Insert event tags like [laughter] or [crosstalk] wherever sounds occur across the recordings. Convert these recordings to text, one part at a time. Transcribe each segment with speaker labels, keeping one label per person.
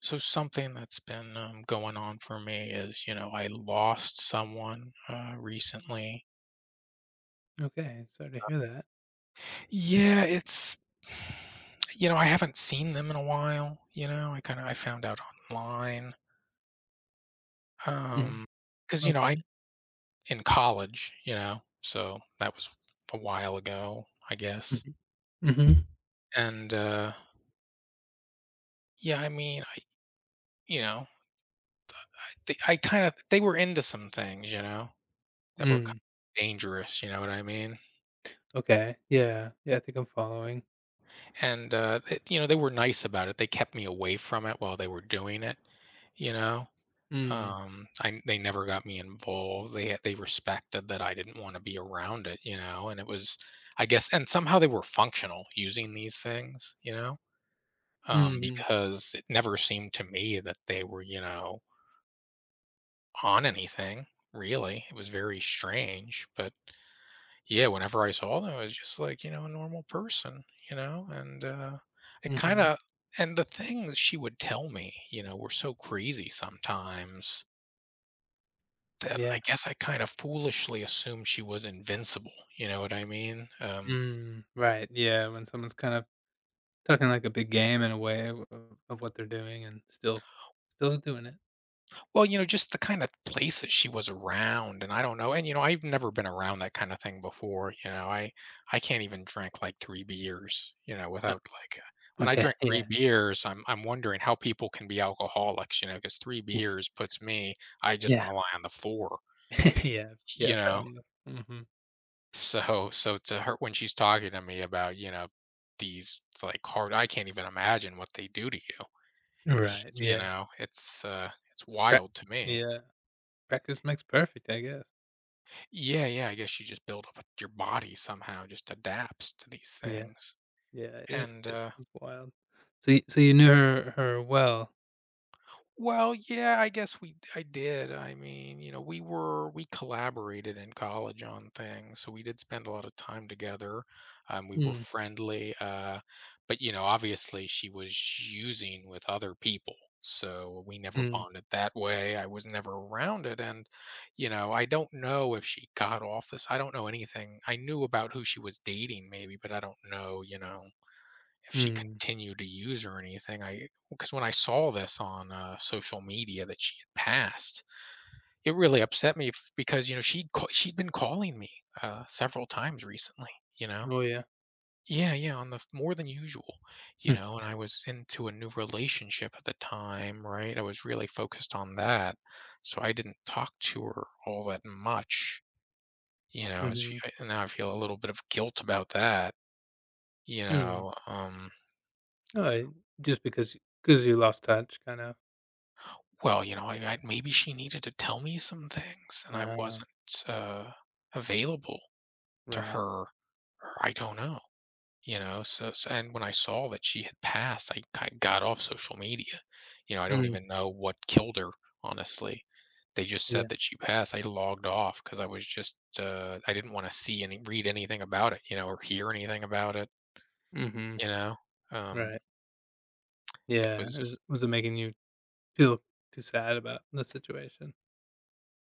Speaker 1: So something that's been going on for me is, I lost someone recently.
Speaker 2: Okay, sorry to hear that.
Speaker 1: Yeah, it's, [sighs] you know, I haven't seen them in a while. You know, I kind of I found out online
Speaker 2: Mhm.
Speaker 1: um, because you know
Speaker 2: Okay.
Speaker 1: I in college, you know, so that was a while ago, I guess.
Speaker 2: Mhm. Mhm.
Speaker 1: And yeah, I mean, I, you know, I kind of they were into some things, you know, that were kind
Speaker 2: Mm.
Speaker 1: of dangerous. You know what I mean?
Speaker 2: Okay. Yeah. Yeah, I think I'm following.
Speaker 1: You know they were nice about it. They kept me away from it while they were doing it. You know,
Speaker 2: Mm.
Speaker 1: I they never got me involved. They respected that I didn't want to be around it. You know, and it was I guess, and somehow they were functional using these things. You know,
Speaker 2: Mhm.
Speaker 1: because it never seemed to me that they were, you know, on anything really. It was very strange, but yeah, whenever I saw them, I was just like, you know, a normal person, you know, and it kind
Speaker 2: Mhm.
Speaker 1: of, and the things she would tell me, you know, were so crazy sometimes that I
Speaker 2: Yeah.
Speaker 1: guess I kind of foolishly assumed she was invincible. You know what I mean?
Speaker 2: Mm. Right. Yeah, when someone's kind of talking like a big game in a way of what they're doing and still doing it.
Speaker 1: Well, you know, just the kind of place that she was around, and I don't know, and, you know, I've never been around that kind of thing before, you know, I can't even drink, like, 3 beers, you know,
Speaker 2: Yep.
Speaker 1: without, like, when I
Speaker 2: Okay.
Speaker 1: drink
Speaker 2: [laughs]
Speaker 1: 3
Speaker 2: Yeah.
Speaker 1: beers, I'm wondering how people can be alcoholics, you know, because 3
Speaker 2: Y
Speaker 1: beers puts me, I just
Speaker 2: yeah.
Speaker 1: wanna lie on the floor,
Speaker 2: [laughs] Yeah. Yeah,
Speaker 1: you
Speaker 2: fair
Speaker 1: know?
Speaker 2: enough. Mhm.
Speaker 1: So to her when she's talking to me about, you know, these, like, hard, I can't even imagine what they do to you,
Speaker 2: Right.
Speaker 1: [laughs] you
Speaker 2: Yeah.
Speaker 1: know? It's
Speaker 2: Prac
Speaker 1: wild to me.
Speaker 2: yeah. Practice makes perfect, I guess.
Speaker 1: Yeah, yeah. I guess you just build up your body, somehow just adapts to these
Speaker 2: Yeah.
Speaker 1: things.
Speaker 2: Yeah, it is
Speaker 1: And
Speaker 2: it is wild. So you knew her well?
Speaker 1: well, yeah, I guess we I did. I mean, you know, we collaborated in college on things, so we did spend a lot of time together. We were
Speaker 2: Mm,
Speaker 1: friendly, but you know, obviously she was using with other people, so we never
Speaker 2: mm,
Speaker 1: bonded that way. I was never around it, and you know, I don't know if she got off this. I don't know anything. I knew about who she was dating, maybe, but I don't know. You know if she
Speaker 2: mm.
Speaker 1: continued to use or anything. I because when I saw this on social media that she had passed, it really upset me because you know she would she'd been calling me several times recently. You know,
Speaker 2: Oh, yeah.
Speaker 1: yeah, yeah, on the more than usual. You
Speaker 2: Hmm,
Speaker 1: know, and I was into a new relationship at the time, right? I was really focused on that, so I didn't talk to her all that much. You know, so
Speaker 2: mhm,
Speaker 1: now I feel a little bit of guilt about that. You
Speaker 2: mm.
Speaker 1: know,
Speaker 2: Alright, just because you lost touch, kind of.
Speaker 1: well, you know, I maybe she needed to tell me some things and I
Speaker 2: Ah,
Speaker 1: wasn't, uh, available to
Speaker 2: right.
Speaker 1: her, or I don't know, you know, so so and when I saw that she had passed, I got off social media. You know, I don't
Speaker 2: Mm,
Speaker 1: even know what killed her, honestly. They just
Speaker 2: yeah.
Speaker 1: said that she passed. I logged off because I was just, I didn't wanna see any, read anything about it, you know, or hear anything about it,
Speaker 2: Mhm,
Speaker 1: you know? Um,
Speaker 2: right.
Speaker 1: it
Speaker 2: Yeah, it
Speaker 1: was,
Speaker 2: was it making you feel too sad about the situation?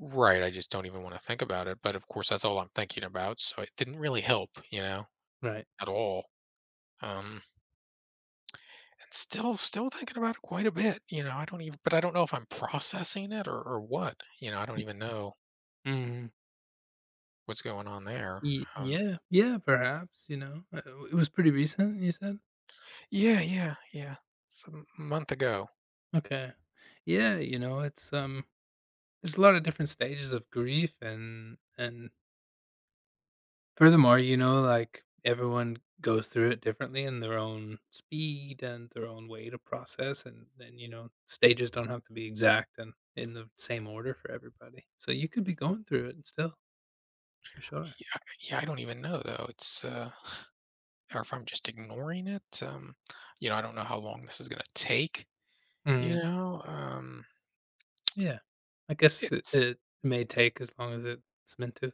Speaker 1: right, I just don't even wanna think about it, but, of course, that's all I'm thinking about, so it didn't really help, you know,
Speaker 2: Right.
Speaker 1: at all. Um, and still thinking about it quite a bit, you know, I don't even, but I don't know if I'm processing it or what, you know, I don't
Speaker 2: Y
Speaker 1: even know
Speaker 2: mhm.
Speaker 1: what's going on there. Um,
Speaker 2: Yeah, yeah, perhaps, you know? It was pretty recent, you said?
Speaker 1: yeah, yeah, yeah, it's a m month ago.
Speaker 2: Okay. Yeah, you know, there's a lot of different stages of grief and furthermore, you know, like, everyone goes through it differently in their own speed and their own way to process, and then, you know, stages don't have to be exact and in the same order for everybody. So you could be going through it still, for sure.
Speaker 1: Yeah, yeah, I don't even know, though, it's, or if I'm just ignoring it, you know, I don't know how long this is gonna take, you
Speaker 2: Mm,
Speaker 1: know,
Speaker 2: yeah. I guess it
Speaker 1: it's
Speaker 2: it may take as long as it's meant to.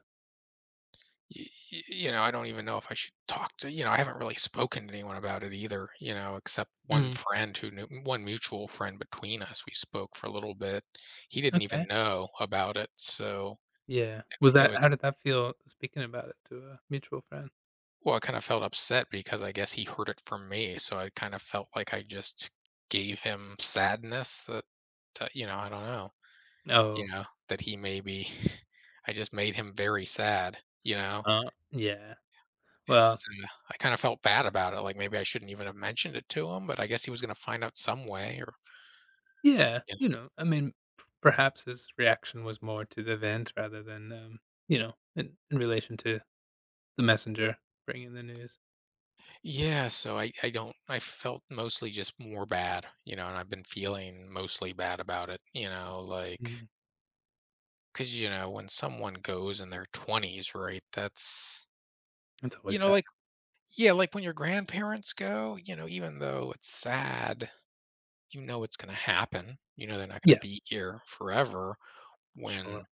Speaker 1: y- you know, I don't even know if I should talk to, you know, I haven't really spoken to anyone about it either, you know, except one
Speaker 2: Mm,
Speaker 1: friend who knew, one mutual friend between us. We spoke for a little bit. He didn't
Speaker 2: okay.
Speaker 1: even know about it. So
Speaker 2: Yeah. Was
Speaker 1: it
Speaker 2: that
Speaker 1: was,
Speaker 2: how did that feel speaking about it to a mutual friend?
Speaker 1: well, I kind of felt upset because I guess he heard it from me. So I kind of felt like I just gave him sadness that, that you know, I don't know, you
Speaker 2: Oh,
Speaker 1: know, that he maybe, [laughs] I just made him very sad, you know,
Speaker 2: yeah. Well,
Speaker 1: it's, I kinda felt bad about it, like, maybe I shouldn't even have mentioned it to him, but I guess he was gonna find out some way or
Speaker 2: yeah,
Speaker 1: you
Speaker 2: you
Speaker 1: know.
Speaker 2: know, I mean, p perhaps his reaction was more to the event rather than, in relation to the messenger bringing the news.
Speaker 1: Yeah, so I don't, I felt mostly just more bad, you know, and I've been feeling mostly bad about it, you know, like
Speaker 2: Mm,
Speaker 1: because you know, when someone goes in their 20s, right, that's
Speaker 2: that's
Speaker 1: you
Speaker 2: always
Speaker 1: know,
Speaker 2: sad.
Speaker 1: like yeah, like when your grandparents go, you know, even though it's sad, you know it's gonna happen. You know they're not gonna
Speaker 2: Yeah,
Speaker 1: be here forever.
Speaker 2: sure.
Speaker 1: When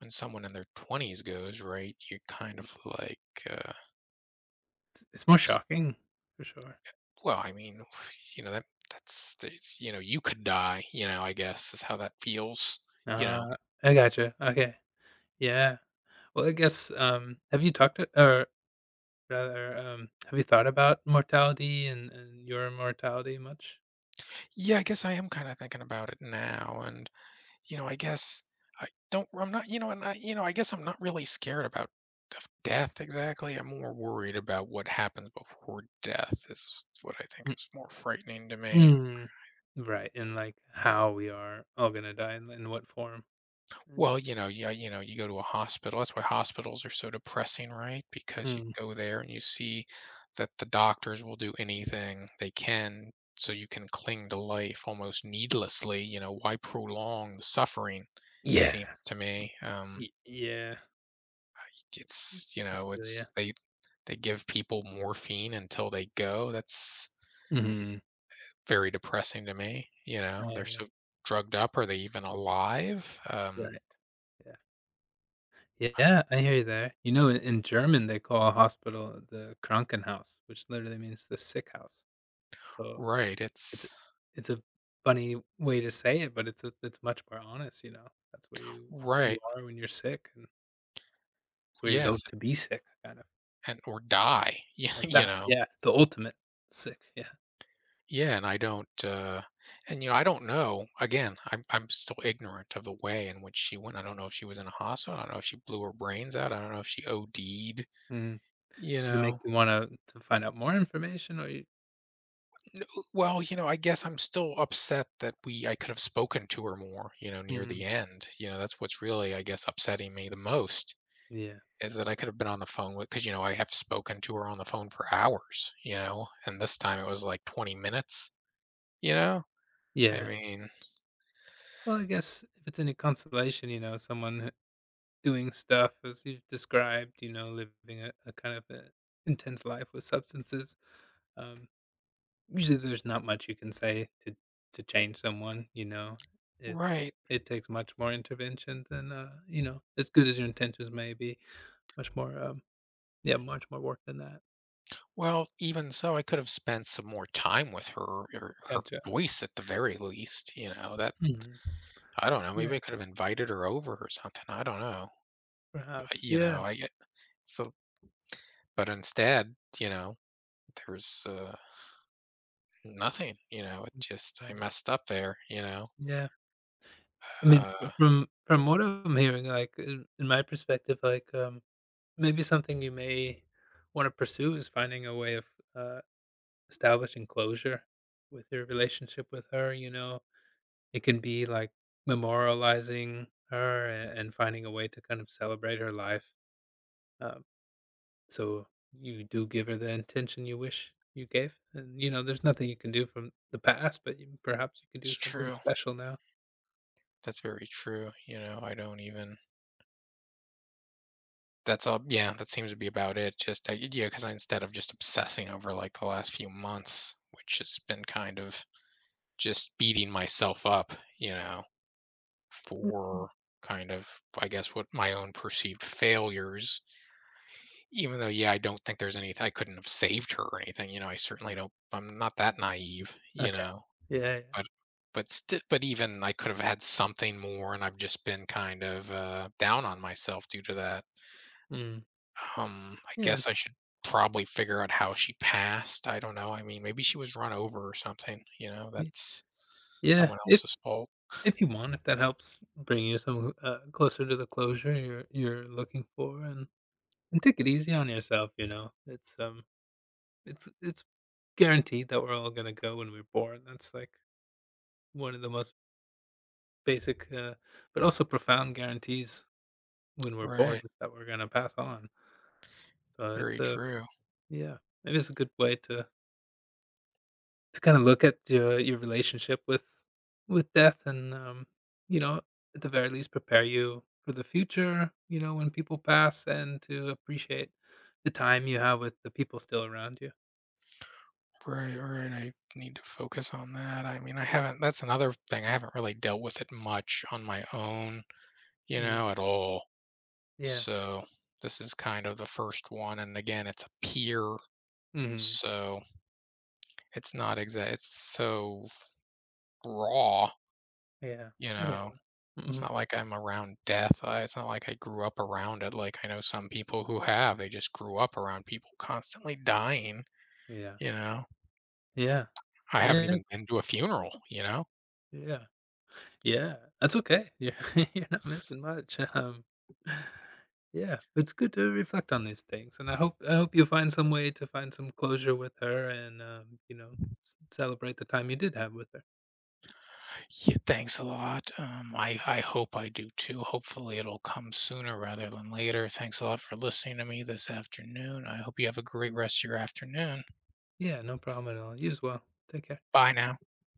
Speaker 1: when someone in their 20s goes, right, you're kind of like, uh,
Speaker 2: It's more
Speaker 1: s-
Speaker 2: shocking for sure.
Speaker 1: well, I mean, [sighs] you know that that's it's, you know you could die. You know, I guess is how that feels. You know,
Speaker 2: Uh, I gotcha, okay. Yeah. Well, I guess, have you talked to or rather, have you thought about mortality and your mortality much?
Speaker 1: yeah, I guess I am kind of thinking about it now, and you know, I guess I don't. I'm not. You know, and I, you know, I guess I'm not really scared about of death exactly. I'm more worried about what happens before death. Is what I think
Speaker 2: Mm
Speaker 1: is more frightening to me.
Speaker 2: mm. Right, and, like, how we are all gonna die and in what form. Mm.
Speaker 1: Well, you know, yeah, you know, you go to a hospital. That's why hospitals are so depressing, right? Because you
Speaker 2: Mm.
Speaker 1: go there and you see that the doctors will do anything they can so you can cling to life almost needlessly. You know, why prolong the suffering? It
Speaker 2: Yeah.
Speaker 1: seems to me.
Speaker 2: Y yeah. Y
Speaker 1: It's you
Speaker 2: I
Speaker 1: know,
Speaker 2: feel
Speaker 1: it's
Speaker 2: ya.
Speaker 1: they give people morphine until they go, that's
Speaker 2: Mhm.
Speaker 1: very depressing to me, you know?
Speaker 2: Yeah,
Speaker 1: They're
Speaker 2: yeah.
Speaker 1: so drugged up, are they even alive?
Speaker 2: Right. Yeah.
Speaker 1: I
Speaker 2: Yeah, I hear you there. You know, in German, they call a hospital the Krankenhaus, which literally means the sick house. So
Speaker 1: right,
Speaker 2: it's
Speaker 1: it's
Speaker 2: it's a funny way to say it, but it's much more honest, you know? That's where you
Speaker 1: right,
Speaker 2: you are when you're sick, and it's where you go
Speaker 1: yes,
Speaker 2: to be sick, kind of,
Speaker 1: and or die, [laughs] yeah,
Speaker 2: or
Speaker 1: you
Speaker 2: die.
Speaker 1: know?
Speaker 2: Yeah, the ultimate sick, yeah.
Speaker 1: Yeah, and I don't, and, you know, I don't know, again, I'm still ignorant of the way in which she went, I don't know if she was in a hospital, I don't know if she blew her brains out, I don't know if she OD'd,
Speaker 2: Mhm.
Speaker 1: you
Speaker 2: Does it make
Speaker 1: know?
Speaker 2: you wanna to find out more information, or you.
Speaker 1: No, well, you know, I guess I'm still upset that we I could have spoken to her more, you know, near the
Speaker 2: Mhm.
Speaker 1: end. You know, that's what's really, I guess, upsetting me the most
Speaker 2: Yeah.
Speaker 1: is that I could have been on the phone with, because, you know, I have spoken to her on the phone for hours, you know, and this time it was like 20 minutes, you know? I
Speaker 2: Yeah.
Speaker 1: mean,
Speaker 2: Well, I guess if it's any consolation, you know, someone doing stuff as you've described, you know, living a kind of a intense life with substances. Um, usually, there's not much you can say to change someone. You know, it's
Speaker 1: right.
Speaker 2: it takes much more intervention than as good as your intentions may be. Much more, yeah, much more work than that.
Speaker 1: Well, even so, I could have spent some more time with her or her
Speaker 2: Gotcha.
Speaker 1: voice at the very least, you know, that
Speaker 2: Mhm.
Speaker 1: I don't know, maybe
Speaker 2: Yeah,
Speaker 1: I could have invited her over or something. I don't know. But,
Speaker 2: perhaps.
Speaker 1: you
Speaker 2: Yeah.
Speaker 1: know, so but instead, you know, there's nothing, you know, it just I
Speaker 2: Right.
Speaker 1: messed up there, you know?
Speaker 2: Yeah. I mean,
Speaker 1: Uh,
Speaker 2: f from what I'm hearing, like, in my perspective, like, maybe something you may wanna pursue is finding a way of, uh, establishing closure with your relationship with her, you know? It can be, like, memorializing her a and finding a way to kind of celebrate her life, um, so you do give her the intention you wish you gave, and, you know, there's nothing you can do from the past, but you perhaps you can do
Speaker 1: it's
Speaker 2: something
Speaker 1: true.
Speaker 2: special now.
Speaker 1: That's very true, you know, I don't even, that's all yeah, that seems to be about it, just I yeah, because instead of just obsessing over, like, the last few months, which has been kind of just beating myself up, you know, for kind of, I guess, what my own perceived failures, even though, yeah, I don't think there's anything, I couldn't have saved her or anything, you know, I certainly don't, I'm not that naive, you
Speaker 2: Okay.
Speaker 1: know,
Speaker 2: Yeah, yeah.
Speaker 1: but but sti but even I could have had something more, and I've just been kind of, down on myself due to that.
Speaker 2: Mm.
Speaker 1: I
Speaker 2: Yeah.
Speaker 1: guess I should probably figure out how she passed, I don't know, I mean, maybe she was run over or something, you know,
Speaker 2: Yeah.
Speaker 1: that's
Speaker 2: Yeah,
Speaker 1: someone
Speaker 2: if
Speaker 1: else's fault.
Speaker 2: if you want, if that helps bring you some closer to the closure you're looking for, and take it easy on yourself. You know, it's guaranteed that we're all gonna go when we're born. That's like one of the most basic, but also profound guarantees when we're born
Speaker 1: Right,
Speaker 2: is that we're gonna pass on. So
Speaker 1: very
Speaker 2: it's a
Speaker 1: true.
Speaker 2: yeah, it is a good way to kinda look at your relationship with death and, you know, at the very least, prepare you for the future, when people pass and to appreciate the time you have with the people still around you.
Speaker 1: Right. I need to focus on that. I mean, I haven't, that's another thing. I haven't really dealt with it much on my own, you
Speaker 2: Mhm.
Speaker 1: know, at all.
Speaker 2: Yeah.
Speaker 1: So this is kind of the first one. And again, it's a peer.
Speaker 2: Mhm.
Speaker 1: So it's not exact, it's so raw,
Speaker 2: Yeah.
Speaker 1: you
Speaker 2: I hear
Speaker 1: know.
Speaker 2: you.
Speaker 1: It's
Speaker 2: Mhm.
Speaker 1: not like I'm around death. I, it's not like I grew up around it. Like I know some people who have, they just grew up around people constantly dying,
Speaker 2: Yeah.
Speaker 1: you know.
Speaker 2: Yeah.
Speaker 1: I haven't
Speaker 2: Yeah.
Speaker 1: even been to a funeral, you know.
Speaker 2: Yeah. Yeah, that's okay. You're [laughs] you're not missing much, yeah, it's good to reflect on these things, and I hope you find some way to find some closure with her and, you know, c celebrate the time you did have with her.
Speaker 1: Yeah, thanks a lot. I hope I do too. Hopefully, it'll come sooner rather than later. Thanks a lot for listening to me this afternoon. I hope you have a great rest of your afternoon.
Speaker 2: Yeah, no problem at all. You as well. Take care.
Speaker 1: Bye now.